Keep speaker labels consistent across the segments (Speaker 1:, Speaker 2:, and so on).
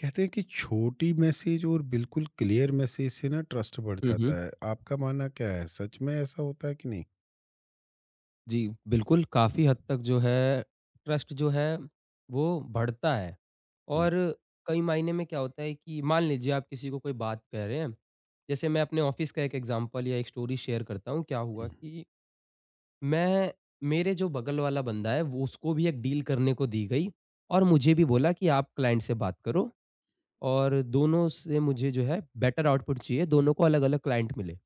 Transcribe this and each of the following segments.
Speaker 1: कहते हैं कि छोटी मैसेज और बिल्कुल क्लियर मैसेज से ना ट्रस्ट बढ़
Speaker 2: हुँ, हुँ।
Speaker 1: जाता है। आपका मानना क्या है, सच में ऐसा होता है कि नहीं?
Speaker 2: जी, बिल्कुल काफ़ी हद तक जो है ट्रस्ट जो है वो बढ़ता है
Speaker 1: हम्म,
Speaker 2: और कई मायने में क्या होता है कि मान लीजिए आप किसी को कोई बात कह रहे हैं। जैसे मैं अपने ऑफ़िस का एक एग्ज़ाम्पल या एक स्टोरी शेयर करता हूँ। क्या हुआ कि मैं मेरे जो बगल वाला बंदा है वो उसको भी एक डील करने को दी गई और मुझे भी बोला कि आप क्लाइंट से बात करो और दोनों से मुझे जो है बेटर आउटपुट चाहिए, दोनों को अलग-अलग क्लाइंट मिले।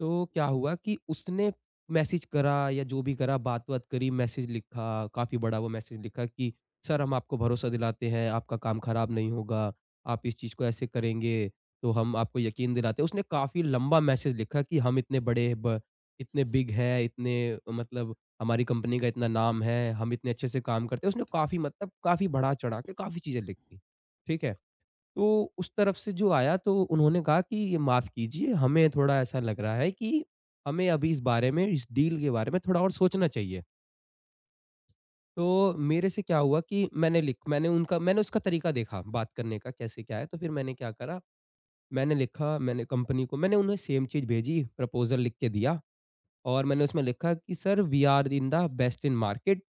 Speaker 2: तो क्या हुआ कि उसने मैसेज करा या जो भी करा बात-वात करी, मैसेज लिखा, काफ़ी बड़ा वो मैसेज लिखा कि सर हम आपको भरोसा दिलाते हैं, आपका काम खराब नहीं होगा, आप इस चीज़ को ऐसे करेंगे, तो हम आपको यकीन दिलाते हैं। उसने काफ़ी लंबा मैसेज लिखा कि हम इतने बड़े ब इतने बिग है, इतने मतलब हमारी कंपनी का इतना नाम है, हम इतने अच्छे से काम करते हैं। उसने काफ़ी मतलब काफ़ी बढ़ा-चढ़ा के काफ़ी चीज़ें लिखी, ठीक है? तो उस तरफ से जो आया तो उन्होंने कहा कि ये माफ़ कीजिए, हमें थोड़ा ऐसा लग रहा है कि हमें अभी इस बारे में, इस डील के बारे में थोड़ा और सोचना चाहिए। तो मेरे से क्या हुआ कि मैंने लिख मैंने उनका मैंने उसका तरीका देखा बात करने का कैसे क्या है, तो फिर मैंने क्या करा, मैंने लिखा, मैंने कंपनी को मैंने उन्हें सेम चीज़ भेजी, प्रपोज़ल लिख के दिया और मैंने उसमें लिखा कि sir we are in the best in market,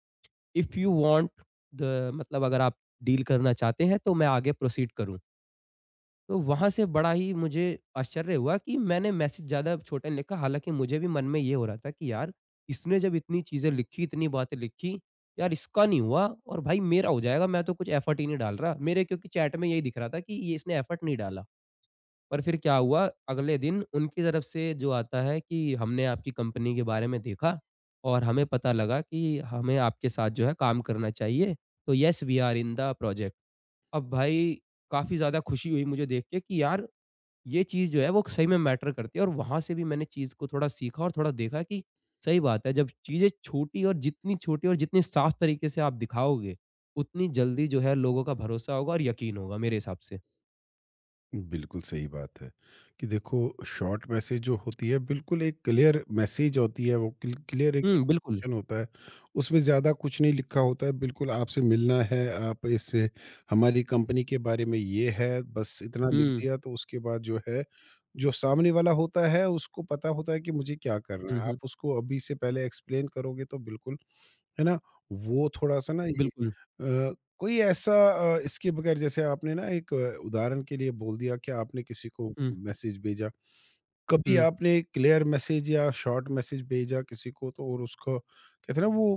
Speaker 2: if you want the मतलब अगर आप डील करना चाहते हैं तो मैं आगे प्रोसीड करूँ। तो वहाँ से बड़ा ही मुझे आश्चर्य हुआ कि मैंने मैसेज ज़्यादा छोटा नहीं लिखा, हालाँकि मुझे भी मन में ये हो रहा था कि यार, इसने जब इतनी चीज़ें लिखी, इतनी बातें लिखी, यार इसका नहीं हुआ और भाई मेरा हो जाएगा, मैं तो कुछ एफर्ट ही नहीं डाल रहा। मेरे क्योंकि चैट में यही दिख रहा था कि ये इसने एफर्ट नहीं डाला। पर फिर क्या हुआ, अगले दिन उनकी तरफ से जो आता है कि हमने आपकी कंपनी के बारे में देखा और हमें पता लगा कि हमें आपके साथ जो है काम करना चाहिए, तो yes we are in the project. अब भाई काफ़ी ज़्यादा खुशी हुई मुझे देख के कि यार ये चीज़ जो है वो सही में मैटर करती है और वहाँ से भी मैंने चीज़ को थोड़ा सीखा और थोड़ा देखा कि सही बात है जब चीज़ें छोटी और जितनी साफ तरीके से आप दिखाओगे, उतनी जल्दी जो है लोगों का भरोसा होगा और यकीन होगा मेरे हिसाब से।
Speaker 1: बिल्कुल सही बात है। कि देखो, शॉर्ट मैसेज जो होती है, बिल्कुल एक क्लियर मैसेज होती है, वो क्लियर एक
Speaker 2: हुँ, बिल्कुल।
Speaker 1: information होता है। उसमें ज़्यादा कुछ नहीं लिखा होता है, बिल्कुल आपसे मिलना है, आप इससे हमारी कंपनी के बारे में ये है, बस इतना लिख
Speaker 2: हुँ,
Speaker 1: दिया। तो उसके बाद जो है, जो सामने वाला होता है उसको पता होता है कि मुझे क्या करना
Speaker 2: हुँ,
Speaker 1: है।
Speaker 2: हुँ,
Speaker 1: आप उसको अभी से पहले एक्सप्लेन करोगे तो बिल्कुल, है ना? वो थोड़ा सा ना
Speaker 2: बिल्कुल।
Speaker 1: कोई ऐसा इसके बगैर, जैसे आपने ना एक उदाहरण के लिए बोल दिया कि आपने किसी को
Speaker 2: हुँ,
Speaker 1: मैसेज भेजा। कभी
Speaker 2: हुँ,
Speaker 1: आपने क्लियर मैसेज या शॉर्ट मैसेज भेजा किसी को, तो और उसको कहते हैं ना वो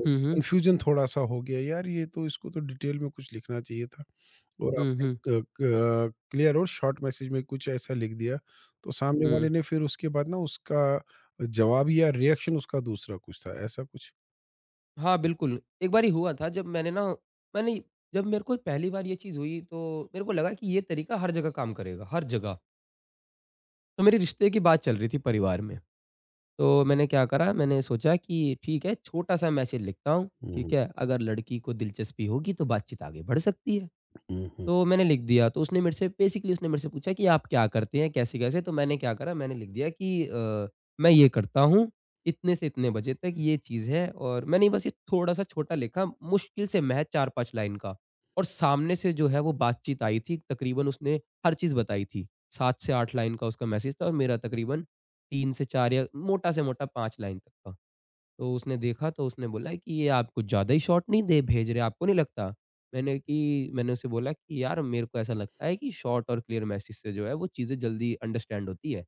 Speaker 2: हुँ, हुँ,
Speaker 1: कन्फ्यूज़न थोड़ा-सा हो गया, यार ये तो इसको तो डिटेल में कुछ लिखना चाहिए था। और
Speaker 2: हुँ,
Speaker 1: आपने
Speaker 2: हुँ,
Speaker 1: क क क्लियर और शॉर्ट मैसेज में कुछ ऐसा लिख दिया, तो सामने
Speaker 2: हुँ।
Speaker 1: वाले ने फिर उसके बाद ना उसका जवाब या रिएक्शन उसका दूसरा कुछ था, ऐसा कुछ?
Speaker 2: हाँ, बिल्कुल। एक बारी हुआ था जब मैंने ना मैंने जब मेरे को पहली बार ये चीज़ हुई तो मेरे को लगा कि ये तरीका हर जगह काम करेगा, हर जगह। तो मेरे रिश्ते की बात चल रही थी परिवार में। तो मैंने क्या करा, मैंने सोचा कि ठीक है छोटा-सा मैसेज लिखता हूँ,
Speaker 1: हुँ,
Speaker 2: ठीक
Speaker 1: हुँ।
Speaker 2: है? अगर लड़की को दिलचस्पी होगी तो बातचीत आगे बढ़ सकती है।
Speaker 1: हुँ, हुँ।
Speaker 2: तो मैंने लिख दिया, तो उसने मेरे से बेसिकली उसने मेरे से पूछा कि आप क्या करते हैं, कैसे-कैसे? तो मैंने क्या करा, मैंने लिख दिया कि मैं ये करता हूँ, इतने से इतने बजे तक ये चीज़ है और मैंने बस ये थोड़ा-सा छोटा लिखा, मुश्किल से महज़ 4-5 लाइन का और सामने से जो है वो बातचीत आई थी, तकरीबन उसने हर चीज़ बताई थी। 7 से 8 लाइन का उसका मैसेज था और मेरा तकरीबन 3 से 4 या मोटा से मोटा 5 लाइन तक का। तो उसने देखा तो उसने बोला कि ये आप कुछ ज़्यादा ही शॉर्ट नहीं दे भेज रहे, आपको नहीं लगता? मैंने उसे बोला कि यार मेरे को ऐसा लगता है कि शॉर्ट और क्लियर मैसेज से जो है वो चीज़ें जल्दी अंडरस्टैंड होती है।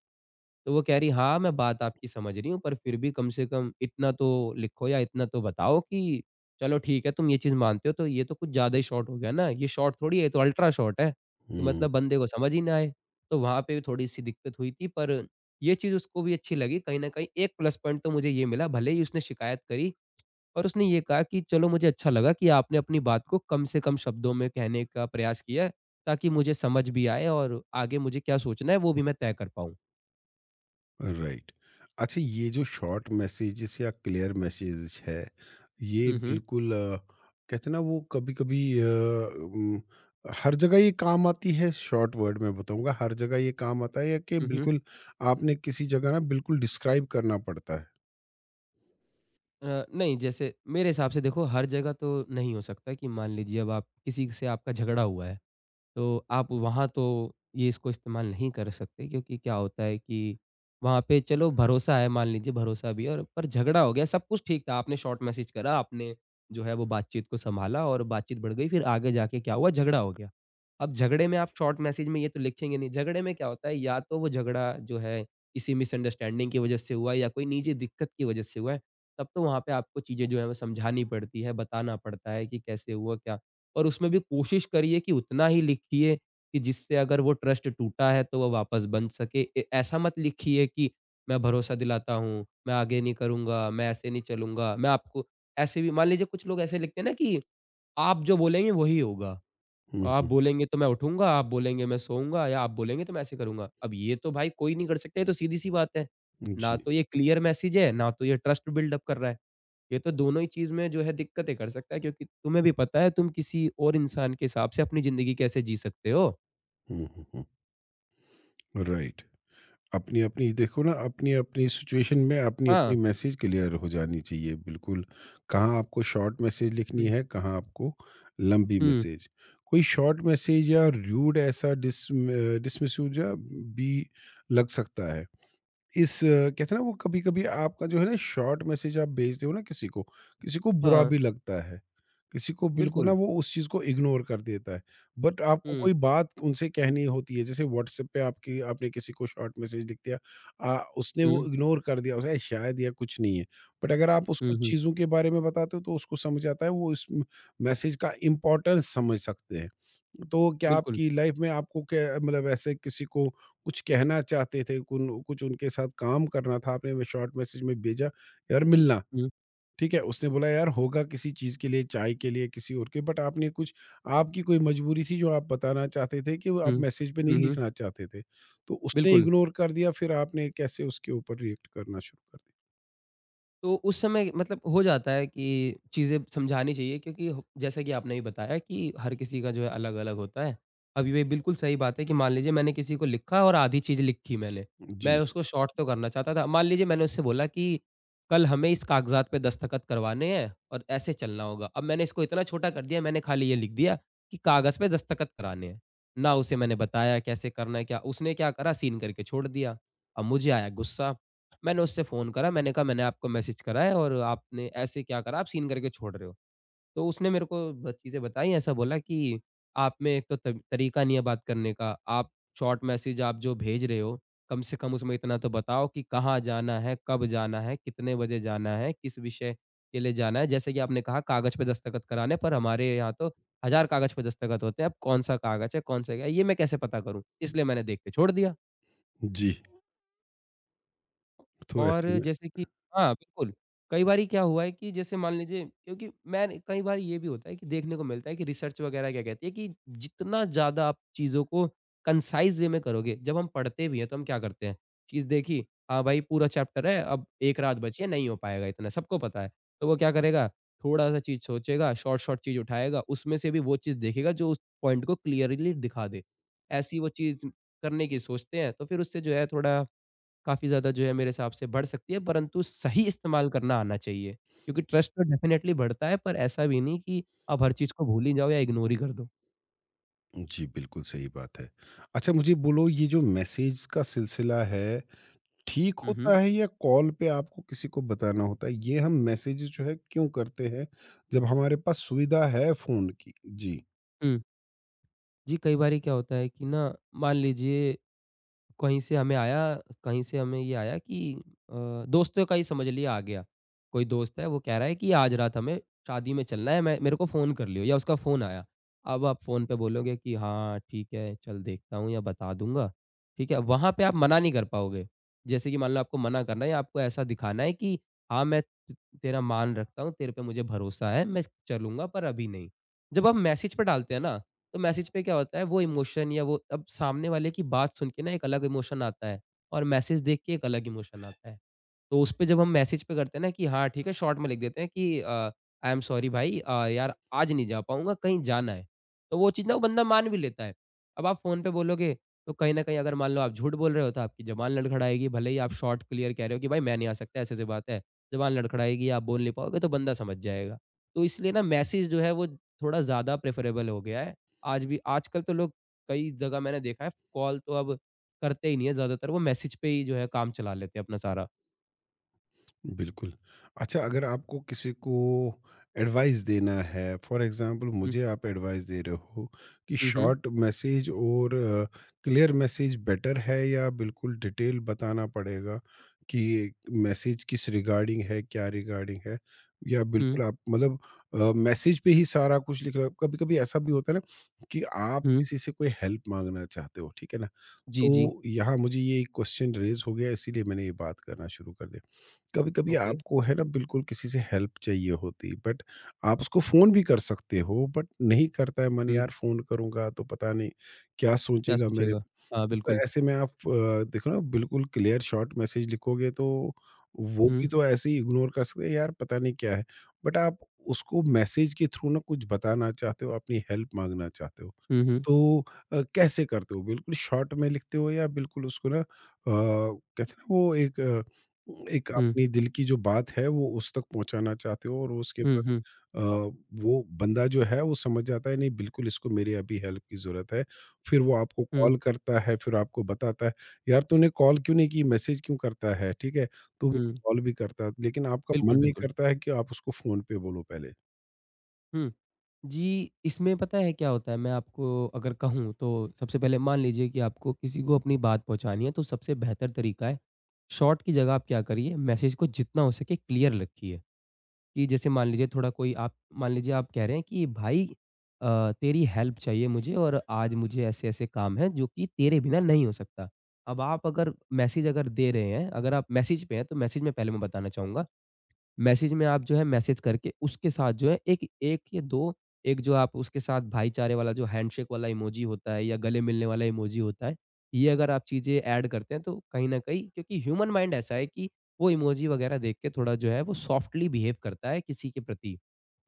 Speaker 2: तो वो कह रही, "हाँ, मैं बात आपकी समझ रही हूँ, पर फिर भी कम से कम इतना तो लिखो या इतना तो बताओ कि चलो ठीक है, तुम ये चीज़ मानते हो तो ये तो कुछ ज़्यादा ही शॉर्ट हो गया ना, ये शॉर्ट थोड़ी है, ये तो अल्ट्रा शॉर्ट है, कि
Speaker 1: हुँ, हुँ।
Speaker 2: मतलब बंदे को समझ ही ना आए।" तो वहाँ पे भी थोड़ी-सी दिक्कत हुई थी, पर ये चीज़ उसको भी अच्छी लगी कहीं न कहीं एक प्लस पॉइंट तो मुझे ये मिला, भले ही उसने शिकायत करी और उसने ये कहा कि चलो मुझे अच्छा लगा कि आपने अपनी बात को कम से कम शब्दों में कहने का प्रयास किया, है, ताकि मुझे समझ भी आए और आगे मुझे क्या सोचना है, वो भी मैं तय कर पाऊँ।
Speaker 1: राइट। अच्छा, ये जो शॉर्ट मैसेजेस या क्लियर मैसेजेस है, ये
Speaker 2: हुँ, हुँ।
Speaker 1: बिल्कुल कहते हैं ना वो। हर जगह ये काम आती है, शॉर्ट वर्ड में बताऊँगा, हर जगह ये काम आता है या कि
Speaker 2: हुँ, हुँ।
Speaker 1: बिल्कुल आपने किसी जगह ना बिल्कुल डिस्क्राइब करना पड़ता है?
Speaker 2: नहीं, जैसे मेरे हिसाब से देखो हर जगह तो नहीं हो सकता कि मान लीजिए अब आप किसी से आपका झगड़ा हुआ है। तो आप वहाँ तो ये इसको इस्तेमाल नहीं कर सकते क्योंकि क्या होता है कि वहाँ पे चलो भरोसा है, मान लीजिए भरोसा भी है और पर झगड़ा हो गया, सब कुछ ठीक था, आपने शॉर्ट मैसेज करा, आपने जो है वो बातचीत को सँभाला और बातचीत बढ़ गई, फिर आगे जाके क्या हुआ झगड़ा हो गया। अब झगड़े में आप शॉर्ट मैसेज में ये तो लिखेंगे नहीं, झगड़े में क्या होता है या तो वो झगड़ा जो है किसी मिसअंडरस्टैंडिंग की वजह से हुआ है या कोई निजी दिक्कत की वजह से हुआ है, तब तो वहाँ पे आपको चीज़ें जो है वो समझानी पड़ती है, बताना पड़ता है कि कैसे हुआ क्या और उसमें भी कोशिश करिए कि उतना ही लिखिए कि जिससे अगर वो ट्रस्ट टूटा है तो वो वापस बन सके। ए ऐसा मत लिखिए कि मैं भरोसा दिलाता हूँ, मैं आगे नहीं करूँगा, मैं ऐसे नहीं चलूँगा, मैं आपको ऐसे भी मान लीजिए कुछ लोग ऐसे लिखते हैं ना कि आप जो बोलेंगे वही होगा।
Speaker 1: हुँ,
Speaker 2: आप
Speaker 1: हुँ।
Speaker 2: बोलेंगे तो मैं उठूँगा, आप बोलेंगे मैं सोऊँगा या आप बोलेंगे तो मैं ऐसे करूँगा। अब ये तो भाई कोई नहीं कर सकता, ये तो सीधी-सी बात है। ना
Speaker 1: जी।
Speaker 2: तो ये क्लियर मैसेज है, ना तो ये ट्रस्ट बिल्ड अप कर रहा है। ये तो दोनों ही चीज़ में जो है दिक्कतें कर सकता है क्योंकि तुम्हें भी पता है तुम किसी और इंसान के हिसाब से अपनी ज़िंदगी कैसे जी सकते हो।
Speaker 1: हुँ, हुँ, हुँ। राइट। अपनी-अपनी देखो ना, अपनी-अपनी सिचुएशन में
Speaker 2: हाँ।
Speaker 1: अपनी-अपनी मैसेज क्लियर हो जानी चाहिए बिल्कुल। कहाँ आपको शॉर्ट मैसेज लिखनी
Speaker 2: हुँ,
Speaker 1: है, कहाँ आपको लंबी
Speaker 2: हुँ,
Speaker 1: मैसेज। कोई शॉर्ट मैसेज या र्यूड, ऐसा डिसमिस या भी लग सकता है। इस अ, कहते हैं ना वो, कभी-कभी आपका जो है ना शॉर्ट मैसेज आप भेजते हो ना किसी को बुरा
Speaker 2: हाँ,
Speaker 1: भी लगता है। किसी को बिल्कुल ना
Speaker 2: बिल्कुल।
Speaker 1: वो उस चीज़ को इग्नोर कर देता है। बट आपको
Speaker 2: हुँ,
Speaker 1: कोई बात उनसे कहनी होती है, जैसे व्हाट्सएप पे आपकी आपने किसी को शॉर्ट मैसेज लिख दिया, उसने वो
Speaker 2: हुँ,
Speaker 1: इग्नोर कर दिया उसे शायद, या कुछ नहीं है। बट अगर आप
Speaker 2: हुँ,
Speaker 1: उसको
Speaker 2: हुँ,
Speaker 1: चीज़ों के बारे में बताते हो तो उसको समझ आता है, वो इस मैसेज का इम्पोर्टेंस समझ सकते हैं। तो क्या
Speaker 2: बिल्कुल।
Speaker 1: आपकी लाइफ में आपको क्या मतलब ऐसे किसी को कुछ कहना चाहते थे, कुन कुछ उनके साथ काम करना था, आपने में शॉर्ट मैसेज में भेजा, "यार मिलना।"
Speaker 2: हुँ,
Speaker 1: ठीक है, उसने बोला, "यार होगा किसी चीज़ के लिए, चाय के लिए, किसी और के।" बट आपने कुछ आपकी कोई मजबूरी थी जो आप बताना चाहते थे कि वो आप
Speaker 2: हुँ,
Speaker 1: मैसेज पे नहीं
Speaker 2: हुँ, हुँ,
Speaker 1: लिखना चाहते थे। तो उसने
Speaker 2: बिल्कुल।
Speaker 1: इग्नोर कर दिया, फिर आपने कैसे उसके ऊपर रिएक्ट करना शुरू कर
Speaker 2: तो उस समय मतलब हो जाता है कि चीज़ें समझानी चाहिए क्योंकि हो जैसा कि आपने भी बताया कि हर किसी का जो है अलग-अलग होता है। अब ये बिल्कुल सही बात है कि मान लीजिए मैंने किसी को लिखा और आधी चीज़ लिखी मैंने।
Speaker 1: दिया?
Speaker 2: मैं
Speaker 1: जी,
Speaker 2: उसको शॉर्ट तो करना चाहता था। मान लीजिए मैंने उससे बोला कि कल हमें इस कागज़ात पे दस्तखत करवाने हैं और ऐसे चलना होगा। अब मैंने इसको इतना छोटा कर दिया मैंने खाली ये लिख दिया कि कागज़ पे दस्तखत कराने हैं। ना उसे मैंने बताया कैसे करना है क्या उसने क्या करा सीन करके छोड़ दिया। अब मुझे आया गुस्सा। मैंने उससे फ़ोन करा, मैंने कहा मैंने आपको मैसेज करा है और आपने ऐसे क्या करा? आप सीन करके छोड़ रहे हो। तो उसने मेरे को ब चीज़ें बताई, ऐसा बोला कि आप में एक तो त तरीका नहीं है बात करने का, आप शॉर्ट मैसेज आप जो भेज रहे हो, कम से कम उसमें इतना तो बताओ कि कहाँ जाना है, कब जाना है, कितने बजे जाना है, किस विषय के लिए जाना है। जैसे कि आपने कहा कागज़ पे दस्तखत कराने पर हमारे यहाँ तो हज़ार कागज़ पे दस्तखत होते हैं, अब कौन-सा कागज़ है, कौन-सा क्या है, ये मैं कैसे पता करूँ? इसलिए मैंने देख के छोड़ दिया।
Speaker 1: जी। तो
Speaker 2: और
Speaker 1: ऐसे में,
Speaker 2: जैसे कि हाँ, बिल्कुल। कई बारी क्या हुआ है कि जैसे मान लीजिए, क्योंकि मैं कई बार ये भी होता है कि देखने को मिलता है कि रिसर्च वगैरह क्या कहती है कि जितना ज़्यादा आप चीज़ों को कंसाइज़ वे में करोगे, जब हम पढ़ते भी हैं तो हम क्या करते हैं, चीज़ देखी, हाँ भाई पूरा चैप्टर है, अब 1 रात बची है, नहीं हो पाएगा इतना, सबको पता है। तो वो क्या करेगा, थोड़ा-सा चीज़ सोचेगा, शॉर्ट-शॉर्ट चीज़ उठाएगा, उसमें से भी वो चीज़ देखेगा जो उस पॉइंट को क्लियरली दिखा दे। ऐसी वो चीज़ करने की सोचते हैं, तो फिर उससे जो है थोड़ा काफ़ी ज़्यादा जो है मेरे हिसाब से बढ़ सकती है, परंतु सही इस्तेमाल करना आना चाहिए। क्योंकि ट्रस्ट तो डेफ़िनिटली बढ़ता है, पर ऐसा भी नहीं कि आप हर चीज़ को भूल ही जाओ या इग्नोर ही कर दो।
Speaker 1: जी, बिल्कुल सही बात है। अच्छा, मुझे बोलो ये जो मैसेज का सिलसिला है ठीक
Speaker 2: हुँ, हुँ।
Speaker 1: होता है या कॉल पे आपको किसी को बताना होता है? ये हम मैसेज जो है क्यों करते हैं, जब हमारे पास सुविधा है फ़ोन की? जी।
Speaker 2: हुँ। जी, कई बारी क्या होता है कि ना, मान लीजिए कहीं से हमें आया, कहीं से हमें ये आया कि अ, दोस्तों का ही समझ लिए आ गया। कोई दोस्त है वो कह रहा है कि आज रात हमें शादी में चलना है, मैं मेरे को फ़ोन कर लियो या उसका फ़ोन आया। अब आप फ़ोन पे बोलोगे कि हाँ, ठीक है, चल देखता हूँ या बता दूँगा, ठीक है? वहाँ पे आप मना नहीं कर पाओगे। जैसे कि मान लो आपको मना करना है या आपको ऐसा दिखाना है कि हाँ, मैं त तेरा मान रखता हूँ, तेरे पे मुझे भरोसा है, मैं चलूँगा पर अभी नहीं। जब आप मैसेज पे डालते हैं ना, तो मैसेज पे क्या होता है, वो इमोशन या वो अब सामने वाले की बात सुन के ना एक अलग इमोशन आता है और मैसेज देख के एक अलग इमोशन आता है। तो उस पे जब हम मैसेज पे करते हैं ना कि हाँ, ठीक है, शॉर्ट में लिख देते हैं कि आई एम सॉरी भाई, यार आज नहीं जा पाऊँगा, कहीं जाना है। तो वो चीज़ ना वो बंदा मान भी लेता है। अब आप फ़ोन पे बोलोगे तो कहीं न कहीं अगर मान लो आप झूठ बोल रहे हो तो आपकी ज़बान लड़खड़ाएगी, भले ही आप शॉर्ट क्लियर कह रहे हो कि भाई मैं नहीं आ सकता, ऐसी-ऐसी बात है। ज़बान लड़खड़ाएगी, आप बोल नहीं पाओगे तो बंदा समझ जाएगा। तो इसलिए ना मैसेज जो है वो थोड़ा ज़्यादा प्रेफ़रेबल हो गया है। आज भी आजकल तो लोग कई जगह मैंने देखा है, कॉल तो अब करते ही नहीं है, ज़्यादातर वो मैसेज पे ही जो है काम चला लेते हैं अपना सारा।
Speaker 1: बिल्कुल। अच्छा, अगर आपको किसी को एडवाइस देना है, फॉर एग्ज़ाम्पल मुझे आप एडवाइस दे रहे हो कि
Speaker 2: हुँ, हुँ।
Speaker 1: शॉर्ट मैसेज और क्लियर मैसेज बेटर है, या बिल्कुल डिटेल बताना पड़ेगा कि मैसेज किस रिगार्डिंग है, क्या रिगार्डिंग है? या
Speaker 2: हुँ,
Speaker 1: बिल्कुल आप मतलब मैसेज पे ही सारा कुछ लिख रहे हो? कभी-कभी ऐसा भी होता है ना कि आप
Speaker 2: हुँ।
Speaker 1: किसी से कोई हेल्प माँगना चाहते हो, ठीक है ना?
Speaker 2: जी, जी।
Speaker 1: तो यहाँ मुझे ये क्वेश्चन रेज़ हो गया, इसीलिए मैंने ये बात करना शुरू कर दिया। कभी कभी
Speaker 2: ओके।
Speaker 1: आपको है ना बिल्कुल किसी से हेल्प चाहिए होती, बट आप उसको फोन भी कर सकते हो, बट नहीं करता है मन,
Speaker 2: हुँ,
Speaker 1: यार फोन करूंगा तो पता नहीं क्या
Speaker 2: क्या
Speaker 1: सोचेगा मेरे।
Speaker 2: सोचेगा? हाँ,
Speaker 1: तो
Speaker 2: बिल्कुल।
Speaker 1: ऐसे में आप देखो ना, बिल्कुल क्लियर शॉर्ट मैसेज लिखोगे तो वो
Speaker 2: हुँ,
Speaker 1: भी तो ऐसे ही इग्नोर कर सकते हैं, यार पता नहीं क्या है। बट आप उसको मैसेज के थ्रू ना कुछ बताना चाहते हो, अपनी हेल्प मांगना चाहते हो,
Speaker 2: हुँ, हुँ,
Speaker 1: तो कैसे करते हो? बिल्कुल शॉर्ट में लिखते हो या बिल्कुल उसको ना कहते हैं ना वो एक
Speaker 2: हुँ,
Speaker 1: अपनी दिल की जो बात है वो उस तक पहुँचाना चाहते हो, और उसके
Speaker 2: हुँ,
Speaker 1: बाद
Speaker 2: हुँ,
Speaker 1: अ, वो बंदा जो है वो समझ जाता है, नहीं बिल्कुल इसको मेरी अभी हेल्प की ज़रूरत है। फिर वो आपको
Speaker 2: हुँ,
Speaker 1: कॉल करता है, फिर आपको बताता है, "यार तूने कॉल क्यों नहीं की? मैसेज क्यों करता है?" ठीक है? तो
Speaker 2: हुँ।
Speaker 1: कॉल भी करता है, लेकिन आपका
Speaker 2: बिल्कुल,
Speaker 1: मन नहीं
Speaker 2: बिल्कुल।
Speaker 1: करता है कि आप उसको फ़ोन पे बोलो पहले।
Speaker 2: हुँ। जी, इसमें पता है क्या होता है, मैं आपको अगर कहूँ तो सबसे पहले मान लीजिए कि आपको किसी को अपनी बात पहुँचानी है तो सबसे बेहतर तरीका है, शॉर्ट की जगह आप क्या करिए, मैसेज को जितना हो सके क्लियर रखिए। कि जैसे मान लीजिए थोड़ा कोई आप मान लीजिए आप कह रहे हैं कि भाई, तेरी हेल्प चाहिए मुझे और आज मुझे ऐसे-ऐसे काम है जो कि तेरे बिना नहीं हो सकता। अब आप अगर मैसेज अगर दे रहे हैं, अगर आप मैसेज पे हैं तो मैसेज में पहले मैं बताना चाहूँगा, मैसेज में आप जो है मैसेज करके उसके साथ जो है 1 1 या 2 एक जो आप उसके साथ भाईचारे वाला जो हैंडशेक वाला इमोजी होता है या गले मिलने वाला इमोजी होता है, ये अगर आप चीज़ें ऐड करते हैं तो कहीं न कहीं क्योंकि ह्यूमन माइंड ऐसा है कि वो इमोजी वगैरह देख के थोड़ा जो है वो सॉफ्टली बिहेव करता है किसी के प्रति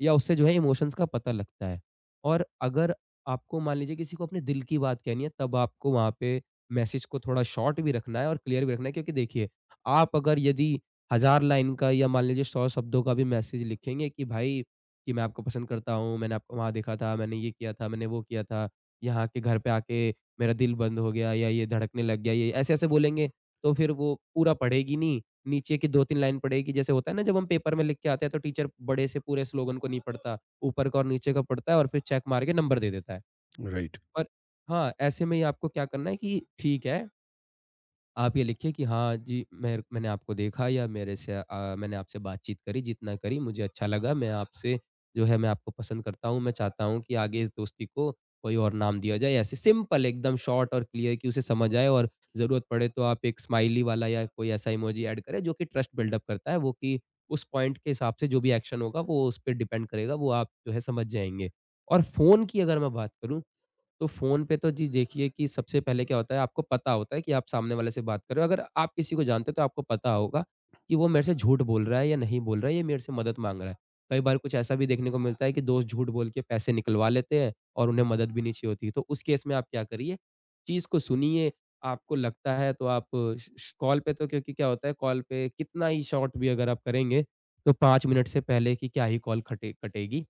Speaker 2: या उससे जो है इमोशंस का पता लगता है। और अगर आपको मान लीजिए किसी को अपने दिल की बात कहनी है तब आपको वहाँ पे मैसेज को थोड़ा शॉर्ट भी रखना है और क्लियर भी रखना है क्योंकि देखिए, आप अगर यदि हज़ार लाइन का या मान लीजिए 100 शब्दों का भी मैसेज लिखेंगे कि भाई कि मैं आपको पसंद करता हूँ, मैंने आपको वहाँ देखा था, मैंने ये किया था, मैंने वो किया था, यहाँ के घर पे आके मेरा दिल बंद हो गया या ये धड़कने लग गया, ये ऐसे-ऐसे बोलेंगे, तो फिर वो पूरा पढ़ेगी नहीं, नीचे की 2-3 लाइन पढ़ेगी। जैसे होता है ना जब हम पेपर में लिख के आते हैं तो टीचर बड़े से पूरे स्लोगन को नहीं पढ़ता, ऊपर का और नीचे का पढ़ता है और फिर चेक मार के नंबर दे देता है।
Speaker 1: राइट।
Speaker 2: पर हाँ, ऐसे में ही आपको क्या करना है कि ठीक है, आप ये लिखिए कि हाँ जी, मेर मैंने आपको देखा या मेरे से मैंने आपसे बातचीत करी, जितना करी मुझे अच्छा लगा। मैं आपसे जो है मैं आपको पसंद करता हूँ, मैं चाहता हूँ कि आगे इस दोस्ती को कोई और नाम दिया जाए। ऐसे सिंपल एकदम शॉर्ट और क्लियर कि उसे समझ आए और ज़रूरत पड़े तो आप एक स्माइली वाला या कोई ऐसा इमोजी ऐड करें जो कि ट्रस्ट बिल्डअप करता है, वो कि उस पॉइंट के हिसाब से जो भी एक्शन होगा वो उस पे डिपेंड करेगा, वो आप जो है समझ जाएँगे। और फ़ोन की अगर मैं बात करूँ तो फ़ोन पे तो जी देखिए कि सबसे पहले क्या होता है, आपको पता होता है कि आप सामने वाले से बात कर रहे हो। अगर आप किसी को जानते हो तो आपको पता होगा कि वो मेरे से झूठ बोल रहा है या नहीं बोल रहा है, ये मेरे से मदद माँग रहा है। कई बार कुछ ऐसा भी देखने को मिलता है कि दोस्त झूठ बोल के पैसे निकलवा लेते हैं और उन्हें मदद भी नहीं चाहिए होती। तो उस केस में आप क्या करिए, चीज़ को सुनिए, आपको लगता है तो आप श श कॉल पे तो, क्योंकि क्या होता है, कॉल पे कितना ही शॉर्ट भी अगर आप करेंगे, तो 5 मिनट से पहले की क्या ही कॉल खटे कटेगी।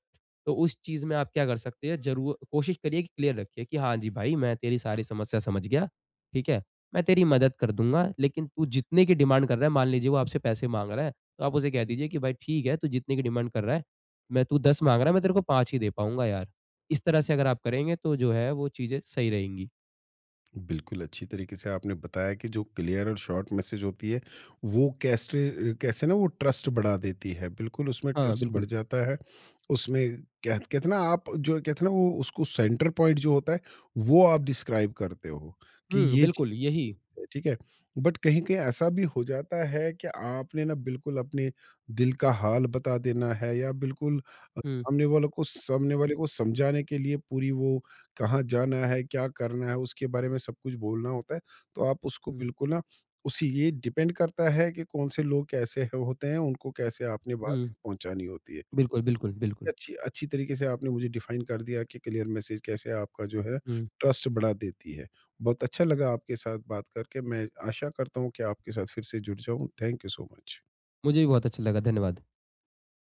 Speaker 2: तो उस चीज़ में आप क्या कर सकते हैं, ज़रूर कोशिश करिए कि क्लियर रखिए कि हाँ जी भाई, मैं तेरी सारी समस्या समझ गया, ठीक है? मैं तेरी मदद कर दूँगा, लेकिन तू जितने की डिमांड कर रहा है, मान लीजिए वो आपसे पैसे माँग रहा है, तो आप उसे कह दीजिए कि भाई ठीक है, तू जितने की डिमांड कर रहा है, मैं तू 10 माँग रहा है मैं तेरे को 5 ही दे पाऊँगा यार। इस तरह से अगर आप करेंगे तो जो है वो चीज़ें सही रहेंगी।
Speaker 1: बिल्कुल, अच्छी तरीके से आपने बताया कि जो क्लियर और शॉर्ट मैसेज होती है, वो कैसे कैसे ना वो ट्रस्ट बढ़ा देती है। बिल्कुल, उसमें
Speaker 2: हाँ,
Speaker 1: ट्रस्ट
Speaker 2: बिल्कुल।
Speaker 1: बढ़ जाता है। उसमें कह कहते हैं ना, आप जो कहते हैं ना वो, उसको सेंटर पॉइंट जो होता है, वो आप डिस्क्राइब करते हो कि
Speaker 2: हुँ,
Speaker 1: ये
Speaker 2: बिल्कुल यही।
Speaker 1: ठीक है। बट कहीं कहीं ऐसा भी हो जाता है कि आपने ना बिल्कुल अपने दिल का हाल बता देना है, या बिल्कुल
Speaker 2: हुँ,
Speaker 1: सामने वाले को समझाने के लिए पूरी वो, कहाँ जाना है क्या करना है उसके बारे में सब कुछ बोलना होता है। तो आप उसको
Speaker 2: हुँ,
Speaker 1: बिल्कुल ना उसी, ये डिपेंड करता है कि कौन से लोग कैसे है- होते हैं, उनको कैसे आपने बात
Speaker 2: हुँ।
Speaker 1: पहुंचानी होती है।
Speaker 2: बिल्कुल, बिल्कुल, बिल्कुल।
Speaker 1: अच्छी अच्छी तरीके से आपने मुझे डिफाइन कर दिया कि क्लियर मैसेज कैसे आपका जो है
Speaker 2: हुँ,
Speaker 1: ट्रस्ट बढ़ा देती है। बहुत अच्छा लगा आपके साथ बात करके। मैं आशा करता हूँ कि आपके साथ फिर से जुड़ जाऊँ। Thank you so much.
Speaker 2: मुझे भी बहुत अच्छा लगा। धन्यवाद।